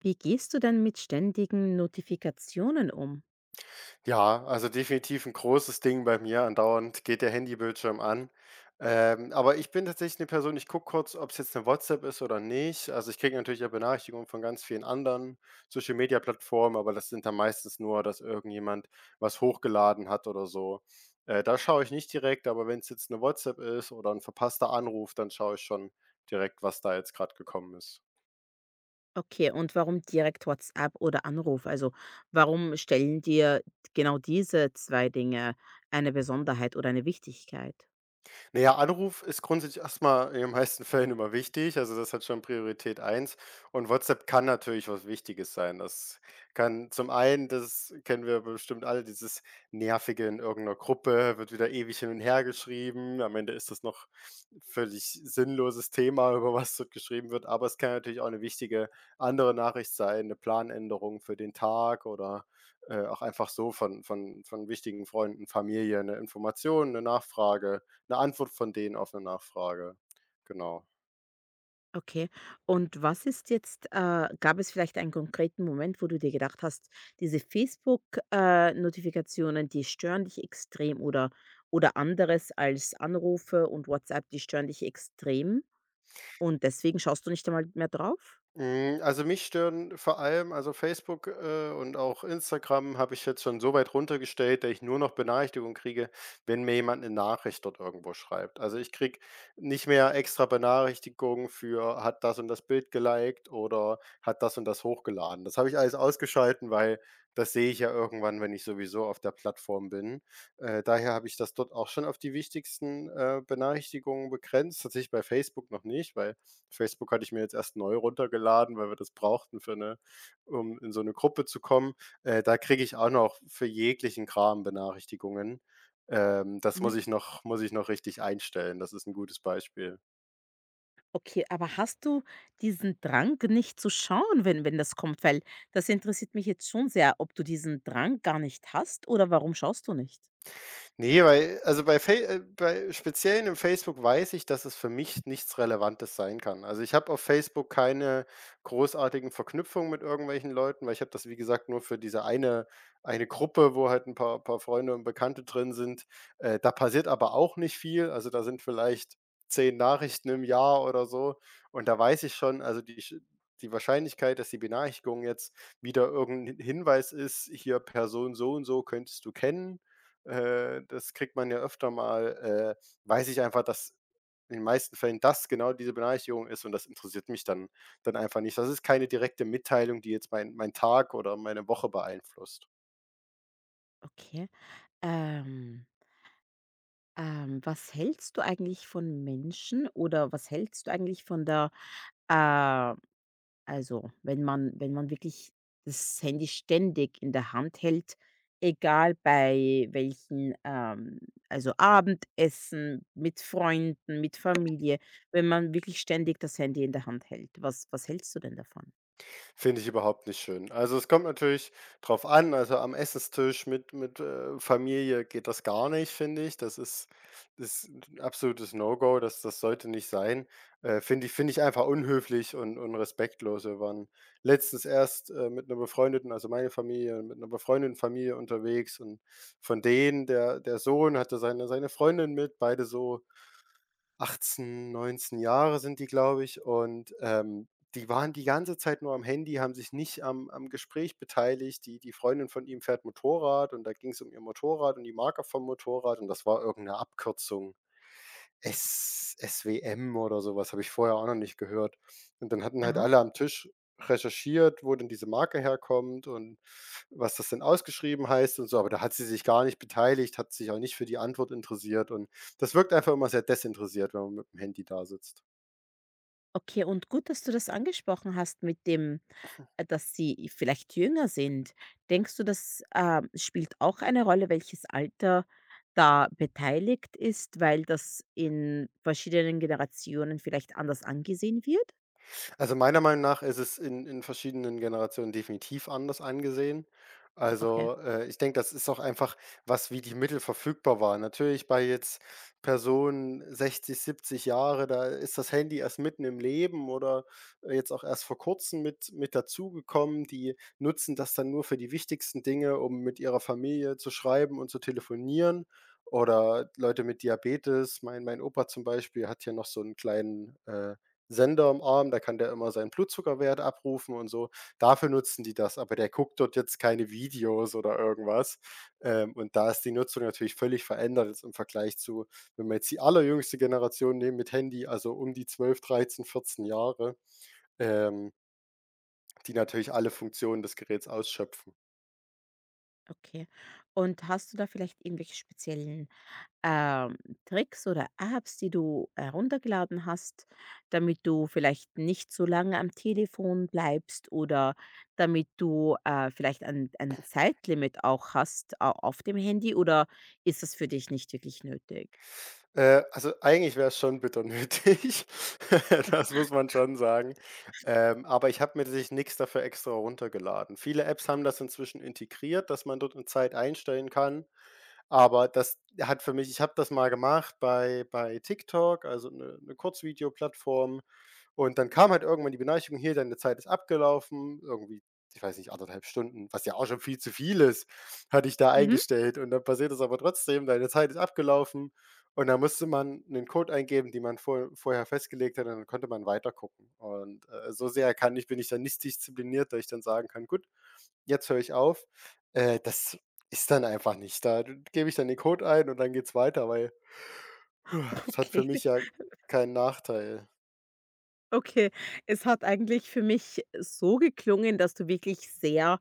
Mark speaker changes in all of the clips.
Speaker 1: Wie gehst du denn mit ständigen Notifikationen um?
Speaker 2: Ja, also definitiv ein großes Ding bei mir. Andauernd geht der Handybildschirm an. Aber ich bin tatsächlich eine Person, ich gucke kurz, ob es jetzt eine WhatsApp ist oder nicht. Also, ich kriege natürlich auch Benachrichtigungen von ganz vielen anderen Social-Media-Plattformen, aber das sind dann meistens nur, dass irgendjemand was hochgeladen hat oder so. Da schaue ich nicht direkt, aber wenn es jetzt eine WhatsApp ist oder ein verpasster Anruf, dann schaue ich schon direkt, was da jetzt gerade gekommen ist.
Speaker 1: Okay, und warum direkt WhatsApp oder Anruf? Also, warum stellen dir genau diese 2 Dinge eine Besonderheit oder eine Wichtigkeit?
Speaker 2: Naja, Anruf ist grundsätzlich erstmal in den meisten Fällen immer wichtig, also das hat schon Priorität eins. Und WhatsApp kann natürlich was Wichtiges sein. Das kann zum einen das kennen wir bestimmt alle, dieses Nervige in irgendeiner Gruppe, wird wieder ewig hin und her geschrieben. Am Ende ist das noch ein völlig sinnloses Thema, über was dort geschrieben wird, aber es kann natürlich auch eine wichtige andere Nachricht sein, eine Planänderung für den Tag oder auch einfach so von wichtigen Freunden, Familie, eine Information, eine Nachfrage eine Antwort von denen auf eine Nachfrage. Genau.
Speaker 1: Okay. Und was ist jetzt gab es vielleicht einen konkreten Moment, wo du dir gedacht hast: „Diese Facebook, Notifikationen, die stören dich extrem“ oder anderes als Anrufe und WhatsApp, die stören dich extrem und deswegen schaust du nicht einmal mehr drauf?
Speaker 2: Hm, also, mich stören vor allem also, Facebook, und auch Instagram habe ich jetzt schon so weit runtergestellt, dass ich nur noch Benachrichtigungen kriege, wenn mir jemand eine Nachricht dort irgendwo schreibt. Also, ich kriege nicht mehr extra Benachrichtigungen für hat das und das Bild geliked oder hat das und das hochgeladen. Das habe ich alles ausgeschalten, weil das sehe ich ja irgendwann, wenn ich sowieso auf der Plattform bin. Daher habe ich das dort auch schon auf die wichtigsten, Benachrichtigungen begrenzt, tatsächlich bei Facebook noch nicht, weil Facebook hatte ich mir jetzt erst neu runtergeladen, weil wir das brauchten für eine, um in so eine Gruppe zu kommen. Da kriege ich auch noch für jeglichen Kram Benachrichtigungen. Das muss ich noch richtig einstellen. Das ist ein gutes Beispiel.
Speaker 1: Okay, aber hast du diesen Drang nicht zu schauen, wenn das kommt? Weil das interessiert mich jetzt schon sehr, ob du diesen Drang gar nicht hast oder warum schaust du nicht?
Speaker 2: Ne, weil also bei Fai bei speziell im Facebook weiß ich, dass es für mich nichts Relevantes sein kann. Also, ich habe auf Facebook keine großartigen Verknüpfungen mit irgendwelchen Leuten, weil ich habe das, wie gesagt, nur für diese eine Gruppe, wo halt ein paar Freunde und Bekannte drin sind. Da passiert aber auch nicht viel. Also, da sind vielleicht 10 Nachrichten im Jahr oder so, und da weiß ich schon, also, die Wahrscheinlichkeit, dass die Benachrichtigung jetzt wieder irgendein Hinweis ist: „Hier, Person so und so könntest du kennen." Das kriegt man ja öfter mal, weiß ich einfach, dass in den meisten Fällen das genau diese Benachrichtigung ist, und das interessiert mich dann einfach nicht. Das ist keine direkte Mitteilung, die jetzt meinen Tag oder meine Woche beeinflusst.
Speaker 1: Okay. Ähm, was hältst du eigentlich von Menschen oder was hältst du eigentlich von der äh, Also, wenn man wirklich das Handy ständig in der Hand hält, egal bei welchen, also, Abendessen, mit Freunden, mit Familie, wenn man wirklich ständig das Handy in der Hand hält. Was was hältst du denn davon?
Speaker 2: Finde ich überhaupt nicht schön. Also, es kommt natürlich drauf an, also, am Essenstisch mit Familie geht das gar nicht, finde ich. Das ist 'n absolutes No-Go, das sollte nicht sein. Finde ich einfach unhöflich und respektlos. Wir waren letztens erst, mit einer befreundeten also, meine Familie mit einer befreundeten Familie unterwegs, und von denen der Sohn hatte seine Freundin mit, beide so 18, 19 Jahre sind die, glaube ich, und die waren die ganze Zeit nur am Handy, haben sich nicht am Gespräch beteiligt. Die Freundin von ihm fährt Motorrad, und da ging es um ihr Motorrad und die Marke vom Motorrad, und das war irgendeine Abkürzung. S SWM oder so was, habe ich vorher auch noch nicht gehört. Und dann hatten halt
Speaker 1: Aha.
Speaker 2: alle am Tisch recherchiert, wo denn diese Marke herkommt und was das denn ausgeschrieben heißt und so, aber da hat sie sich gar nicht beteiligt, hat sich auch nicht für die Antwort interessiert, und das wirkt einfach immer sehr desinteressiert, wenn man mit dem Handy da sitzt.
Speaker 1: Okay, und gut, dass du das angesprochen hast mit dem, dass sie vielleicht jünger sind. Denkst du, das spielt auch eine Rolle, welches Alter da beteiligt ist, weil das in verschiedenen Generationen vielleicht anders angesehen wird?
Speaker 2: Also, meiner Meinung nach ist es in verschiedenen Generationen definitiv anders angesehen.
Speaker 1: Okay,
Speaker 2: Also, ich denke, das ist auch einfach was, wie die Mittel verfügbar waren. Natürlich bei jetzt Personen 60, 70 Jahre, da ist das Handy erst mitten im Leben oder jetzt auch erst vor Kurzem mit dazugekommen. Die nutzen das dann nur für die wichtigsten Dinge, um mit ihrer Familie zu schreiben und zu telefonieren. Oder Leute mit Diabetes. Mein Opa zum Beispiel hat hier noch so einen kleinen Sender im Arm, da kann der immer seinen Blutzuckerwert abrufen und so. Dafür nutzen die das, aber der guckt dort jetzt keine Videos oder irgendwas. Und da ist die Nutzung natürlich völlig verändert jetzt im Vergleich zu, wenn wir jetzt die allerjüngste Generation nehmen mit Handy, also um die 12, 13, 14 Jahre, ähm, die natürlich alle Funktionen des Geräts ausschöpfen.
Speaker 1: okay. Und hast du da vielleicht irgendwelche speziellen ähm, Tricks oder Apps, die du heruntergeladen hast, damit du vielleicht nicht so lange am Telefon bleibst oder damit du vielleicht ein Zeitlimit auch hast au- auf dem Handy oder ist das für dich nicht wirklich nötig?
Speaker 2: Also, eigentlich wäre es schon bitter nötig. Das muss man schon sagen. Aber ich habe mir tatsächlich nichts dafür extra runtergeladen. Viele Apps haben das inzwischen integriert, dass man dort 'ne Zeit einstellen kann. Aber das hat für mich Ich habe das mal gemacht bei TikTok, also eine 'ne Kurzvideoplattform. Und dann kam halt irgendwann die Benachrichtigung: „Hier, deine Zeit ist abgelaufen." Irgendwie, ich weiß nicht, anderthalb Stunden, was ja auch schon viel zu viel ist, hatte ich da
Speaker 1: Mhm,
Speaker 2: eingestellt. Und dann passiert es aber trotzdem: „Deine Zeit ist abgelaufen." Und dann musste man einen Code eingeben, den man vorher festgelegt hat, und dann konnte man weitergucken. Und so sehr kann ich bin ich dann nicht diszipliniert, dass ich dann sagen kann: „Gut, jetzt höre ich auf." Das ist dann einfach nicht da. Dann gebe ich dann den Code ein, und dann geht's weiter, weil das hat für
Speaker 1: okay,
Speaker 2: mich ja keinen Nachteil.
Speaker 1: okay. Es hat eigentlich für mich so geklungen, dass du wirklich sehr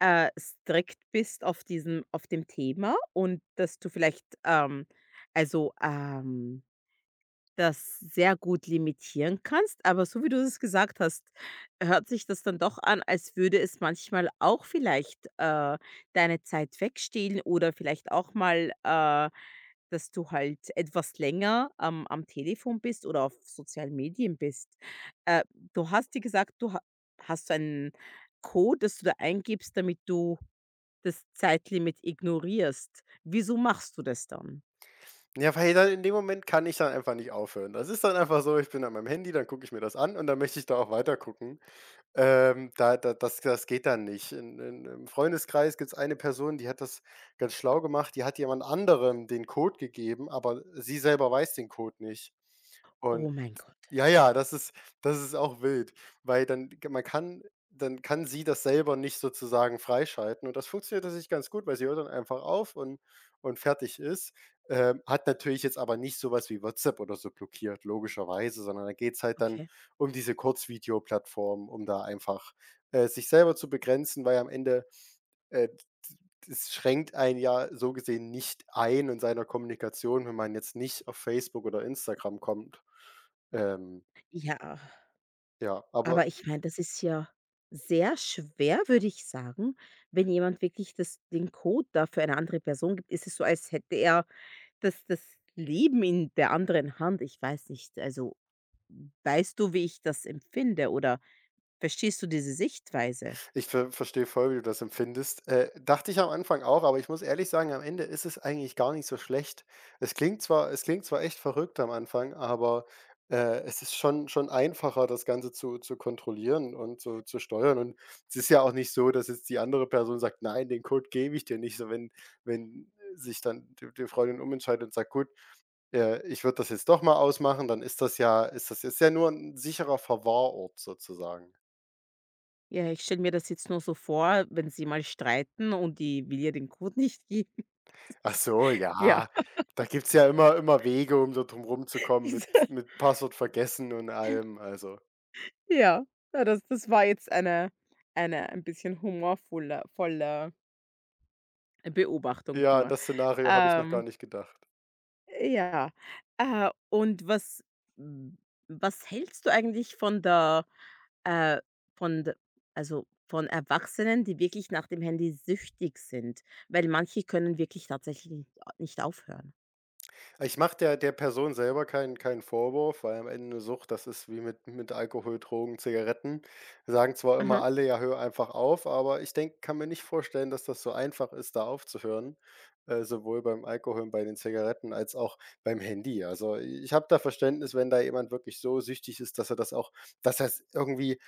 Speaker 1: strikt bist auf diesem, auf dem Thema und dass du vielleicht, also das sehr gut limitieren kannst, aber so wie du es gesagt hast, hört sich das dann doch an, als würde es manchmal auch vielleicht, deine Zeit wegstehlen oder vielleicht auch mal, dass du halt etwas länger am am Telefon bist oder auf sozialen Medien bist. Äh, Du hast dir gesagt, du ha hast so einen Code, dass du da eingibst, damit du das Zeitlimit ignorierst. Wieso machst du das dann?
Speaker 2: Ja, weil dann in dem Moment kann ich dann einfach nicht aufhören. Das ist dann einfach so, ich bin an meinem Handy, dann gucke ich mir das an, und dann möchte ich da auch weiter gucken. Da da das das geht dann nicht. In im Freundeskreis gibt es eine Person, die hat das ganz schlau gemacht, die hat jemand anderem den Code gegeben, aber sie selber weiß den Code nicht. Und
Speaker 1: Oh mein Gott.
Speaker 2: ja, ja, das ist auch wild, weil dann g man kann dann kann sie das selber nicht sozusagen freischalten, und das funktioniert tatsächlich ganz gut, weil sie hört dann einfach auf, und fertig ist. Hat natürlich jetzt aber nicht sowas wie WhatsApp oder so blockiert, logischerweise, sondern da geht's halt dann
Speaker 1: Okay.
Speaker 2: um diese Kurzvideoplattformen, um da einfach sich selber zu begrenzen, weil am Ende, äh, es schränkt einen ja so gesehen nicht ein in seiner Kommunikation, wenn man jetzt nicht auf Facebook oder Instagram kommt. Ähm
Speaker 1: Ja.
Speaker 2: ja,
Speaker 1: Aber
Speaker 2: aber
Speaker 1: ich meine, das ist ja sehr schwer, würde ich sagen, wenn jemand wirklich das den Code da für eine andere Person gibt. Ist es so, als hätte er das das Leben in der anderen Hand? Ich weiß nicht. Also, weißt du, wie ich das empfinde oder verstehst du diese Sichtweise?
Speaker 2: ich verstehe voll, wie du das empfindest. Dachte ich am Anfang auch, aber ich muss ehrlich sagen, am Ende ist es eigentlich gar nicht so schlecht. Es klingt zwar echt verrückt am Anfang, aber es ist schon einfacher, das Ganze zu kontrollieren und zu steuern. Und es ist ja auch nicht so, dass jetzt die andere Person sagt: „Nein, den Code gebe ich dir nicht." So, wenn sich dann die Freundin umentscheidet und sagt: „Gut, ich würde das jetzt doch mal ausmachen", dann ist das ja ist das ist ja nur ein sicherer Verwahrort sozusagen.
Speaker 1: Ja, ich stelle mir das jetzt nur so vor, wenn sie mal streiten und die will ihr den Code nicht geben.
Speaker 2: Ach so,
Speaker 1: Ja,
Speaker 2: ja. Da gibt's ja immer immer Wege, um da drum rumzukommen, mit
Speaker 1: diese
Speaker 2: mit Passwort vergessen und allem. Also,
Speaker 1: ja, ja, das das war jetzt eine ein bisschen humorvolle volle Beobachtung
Speaker 2: ja, an
Speaker 1: nur.
Speaker 2: das Szenario habe ich noch gar
Speaker 1: Ähm,
Speaker 2: nicht gedacht.
Speaker 1: ja, und was w was hältst du eigentlich von der äh, von d also, von Erwachsenen, die wirklich nach dem Handy süchtig sind? Weil manche können wirklich tatsächlich a nicht aufhören.
Speaker 2: Ich mache der Person selber keinen Vorwurf, weil am Ende 'ne Sucht, das ist wie mit Alkohol, Drogen, Zigaretten. Sagen zwar immer
Speaker 1: Mhm,
Speaker 2: alle: „Ja, hör einfach auf", aber ich denke kann mir nicht vorstellen, dass das so einfach ist, da aufzuhören, sowohl beim Alkohol und bei den Zigaretten als auch beim Handy. Also, ich habe da Verständnis, wenn da jemand wirklich so süchtig ist, dass er's irgendwie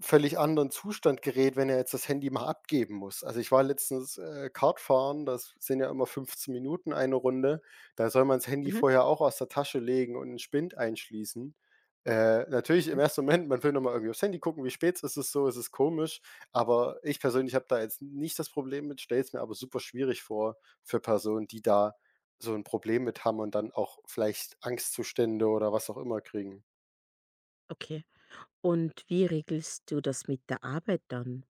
Speaker 2: völlig anderen Zustand gerät, wenn er jetzt das Handy mal abgeben muss. Also, ich war letztens, Kartfahren, das sind ja immer 15 Minuten eine Runde. Da soll man das Handy
Speaker 1: mhm,
Speaker 2: vorher auch aus der Tasche legen und in Spind einschließen. Natürlich im
Speaker 1: mhm.
Speaker 2: ersten Moment, man will noch mal irgendwie aufs Handy gucken, wie spät ist es, so, es ist komisch, aber ich persönlich habe da jetzt nicht das Problem mit, stelle es mir aber super schwierig vor für Personen, die da so ein Problem mit haben und dann auch vielleicht Angstzustände oder was auch immer kriegen.
Speaker 1: Okay. Und wie regelst du das mit der Arbeit dann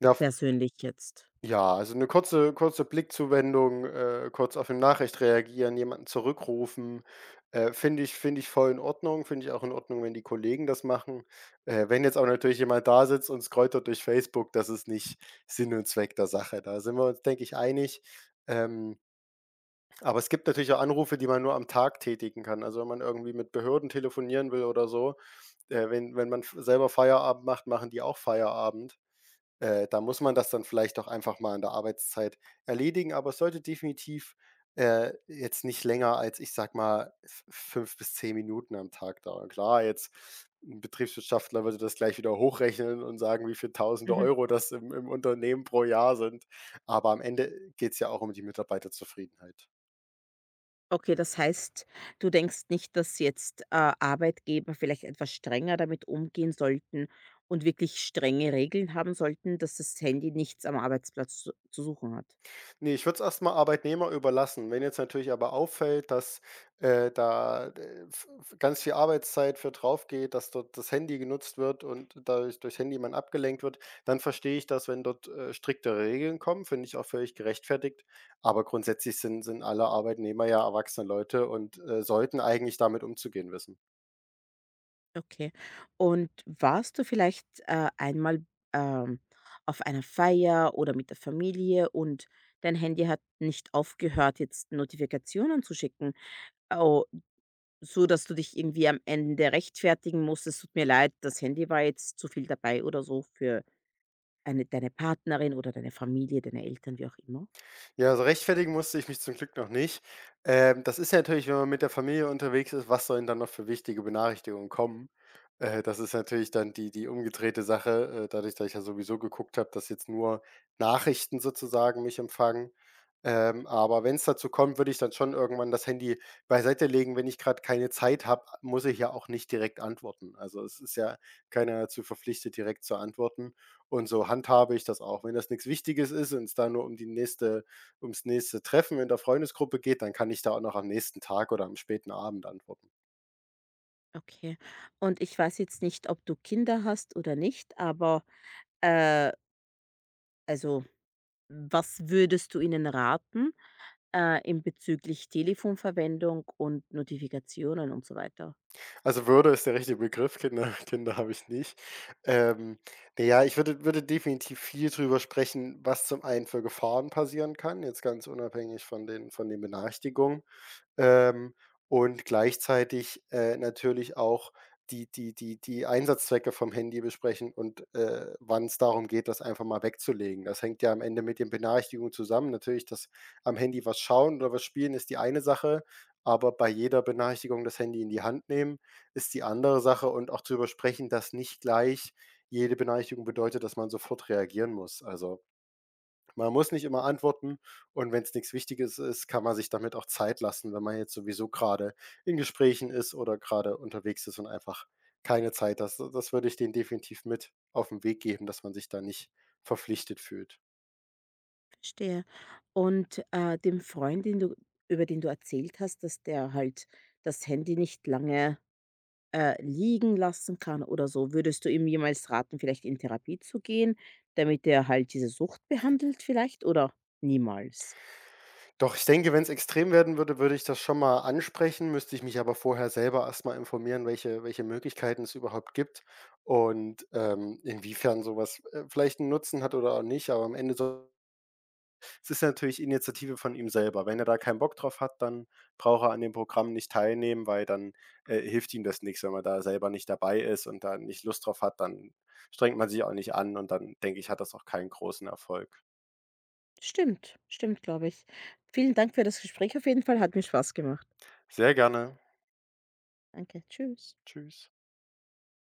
Speaker 2: Ja,
Speaker 1: persönlich jetzt?
Speaker 2: ja, also eine kurze Blickzuwendung, kurz auf eine Nachricht reagieren, jemanden zurückrufen, finde ich voll in Ordnung. Finde ich auch in Ordnung, wenn die Kollegen das machen. Wenn jetzt auch natürlich jemand da sitzt und scrollt durch Facebook, das ist nicht Sinn und Zweck der Sache. Da sind wir uns, denke ich, einig. Ähm, aber es gibt natürlich auch Anrufe, die man nur am Tag tätigen kann. Also, wenn man irgendwie mit Behörden telefonieren will oder so, wenn wenn man f selber Feierabend macht, machen die auch Feierabend. Da muss man das dann vielleicht auch einfach mal in der Arbeitszeit erledigen, aber es sollte definitiv jetzt nicht länger als, ich sage mal, f 5 bis 10 Minuten am Tag dauern. Klar, jetzt 'n Betriebswirtschaftler würde das gleich wieder hochrechnen und sagen, wie viel Tausende
Speaker 1: Mhm.
Speaker 2: Euro das im Unternehmen pro Jahr sind, aber am Ende geht es ja auch um die Mitarbeiterzufriedenheit.
Speaker 1: Okay, das heißt, du denkst nicht, dass jetzt, Arbeitgeber vielleicht etwas strenger damit umgehen sollten und wirklich strenge Regeln haben sollten, dass das Handy nichts am Arbeitsplatz zu suchen hat?
Speaker 2: Ne, ich würde es erst mal Arbeitnehmer überlassen. Wenn jetzt natürlich aber auffällt, dass, da, v v ganz viel Arbeitszeit für drauf geht, dass dort das Handy genutzt wird und dadurch durch Handy man abgelenkt wird, dann verstehe ich das, wenn dort, striktere Regeln kommen, finde ich auch völlig gerechtfertigt. Aber grundsätzlich sind alle Arbeitnehmer ja erwachsene Leute und sollten eigentlich damit umzugehen wissen.
Speaker 1: Okay. Und warst du vielleicht, einmal, ähm, auf einer Feier oder mit der Familie und dein Handy hat nicht aufgehört, jetzt Notifikationen zu schicken, au so dass du dich irgendwie am Ende rechtfertigen musst: „Es tut mir leid, das Handy war jetzt zu viel dabei“ oder so für Eine deine Partnerin oder deine Familie, deine Eltern, wie auch immer?
Speaker 2: Ja, also rechtfertigen musste ich mich zum Glück noch nicht. Das ist ja natürlich, wenn man mit der Familie unterwegs ist, was sollen dann noch für wichtige Benachrichtigungen kommen? Das ist natürlich dann die die umgedrehte Sache, dadurch, dass ich ja sowieso geguckt habe, dass jetzt nur Nachrichten sozusagen mich empfangen. Aber wenn es dazu kommt, würde ich dann schon irgendwann das Handy beiseite legen. Wenn ich gerade keine Zeit habe, muss ich ja auch nicht direkt antworten. Also, es ist ja keiner dazu verpflichtet, direkt zu antworten. Und so handhabe ich das auch. Wenn das nichts Wichtiges ist und es da nur um die nächste ums nächste Treffen in der Freundesgruppe geht, dann kann ich da auch noch am nächsten Tag oder am späten Abend antworten.
Speaker 1: Okay. Und ich weiß jetzt nicht, ob du Kinder hast oder nicht, aber, äh, also, was würdest du ihnen raten, in bezüglich Telefonverwendung und Notifikationen und so weiter?
Speaker 2: Also, Würde ist der richtige Begriff, Kinder Kinder habe ich nicht. Ähm, na ja, ich würde definitiv viel drüber sprechen, was zum einen für Gefahren passieren kann, jetzt ganz unabhängig von den Benachrichtigungen. ähm, und gleichzeitig, natürlich auch die Einsatzzwecke vom Handy besprechen und, wann es darum geht, das einfach mal wegzulegen. Das hängt ja am Ende mit den Benachrichtigungen zusammen. Natürlich, dass am Handy was schauen oder was spielen ist die eine Sache, aber bei jeder Benachrichtigung das Handy in die Hand nehmen ist die andere Sache und auch zu übersprechen, dass nicht gleich jede Benachrichtigung bedeutet, dass man sofort reagieren muss. Also man muss nicht immer antworten und wenn es nichts Wichtiges ist, kann man sich damit auch Zeit lassen, wenn man jetzt sowieso gerade in Gesprächen ist oder gerade unterwegs ist und einfach keine Zeit hat. D Das würde ich denen definitiv mit auf den Weg geben, dass man sich da nicht verpflichtet fühlt.
Speaker 1: Verstehe. Und, dem Freund, den du über den du erzählt hast, dass der halt das Handy nicht lange liegen lassen kann oder so. Würdest du ihm jemals raten, vielleicht in Therapie zu gehen, damit er halt diese Sucht behandelt vielleicht oder niemals?
Speaker 2: Doch ich denke, wenn es extrem werden würde, würde ich das schon mal ansprechen, müsste ich mich aber vorher selber erst mal informieren, welche Möglichkeiten es überhaupt gibt und, inwiefern sowas vielleicht einen Nutzen hat oder auch nicht, aber am Ende soll es ist ja natürlich Initiative von ihm selber. Wenn er da keinen Bock drauf hat, dann braucht er an dem Programm nicht teilnehmen, weil dann, hilft ihm das nichts, wenn man da selber nicht dabei ist und da nicht Lust drauf hat, dann strengt man sich auch nicht an und dann, denke ich, hat das auch keinen großen Erfolg.
Speaker 1: Stimmt, stimmt, glaube ich. Vielen Dank für das Gespräch auf jeden Fall, hat mir Spaß gemacht.
Speaker 2: Sehr gerne.
Speaker 1: Danke, tschüss.
Speaker 2: Tschüss.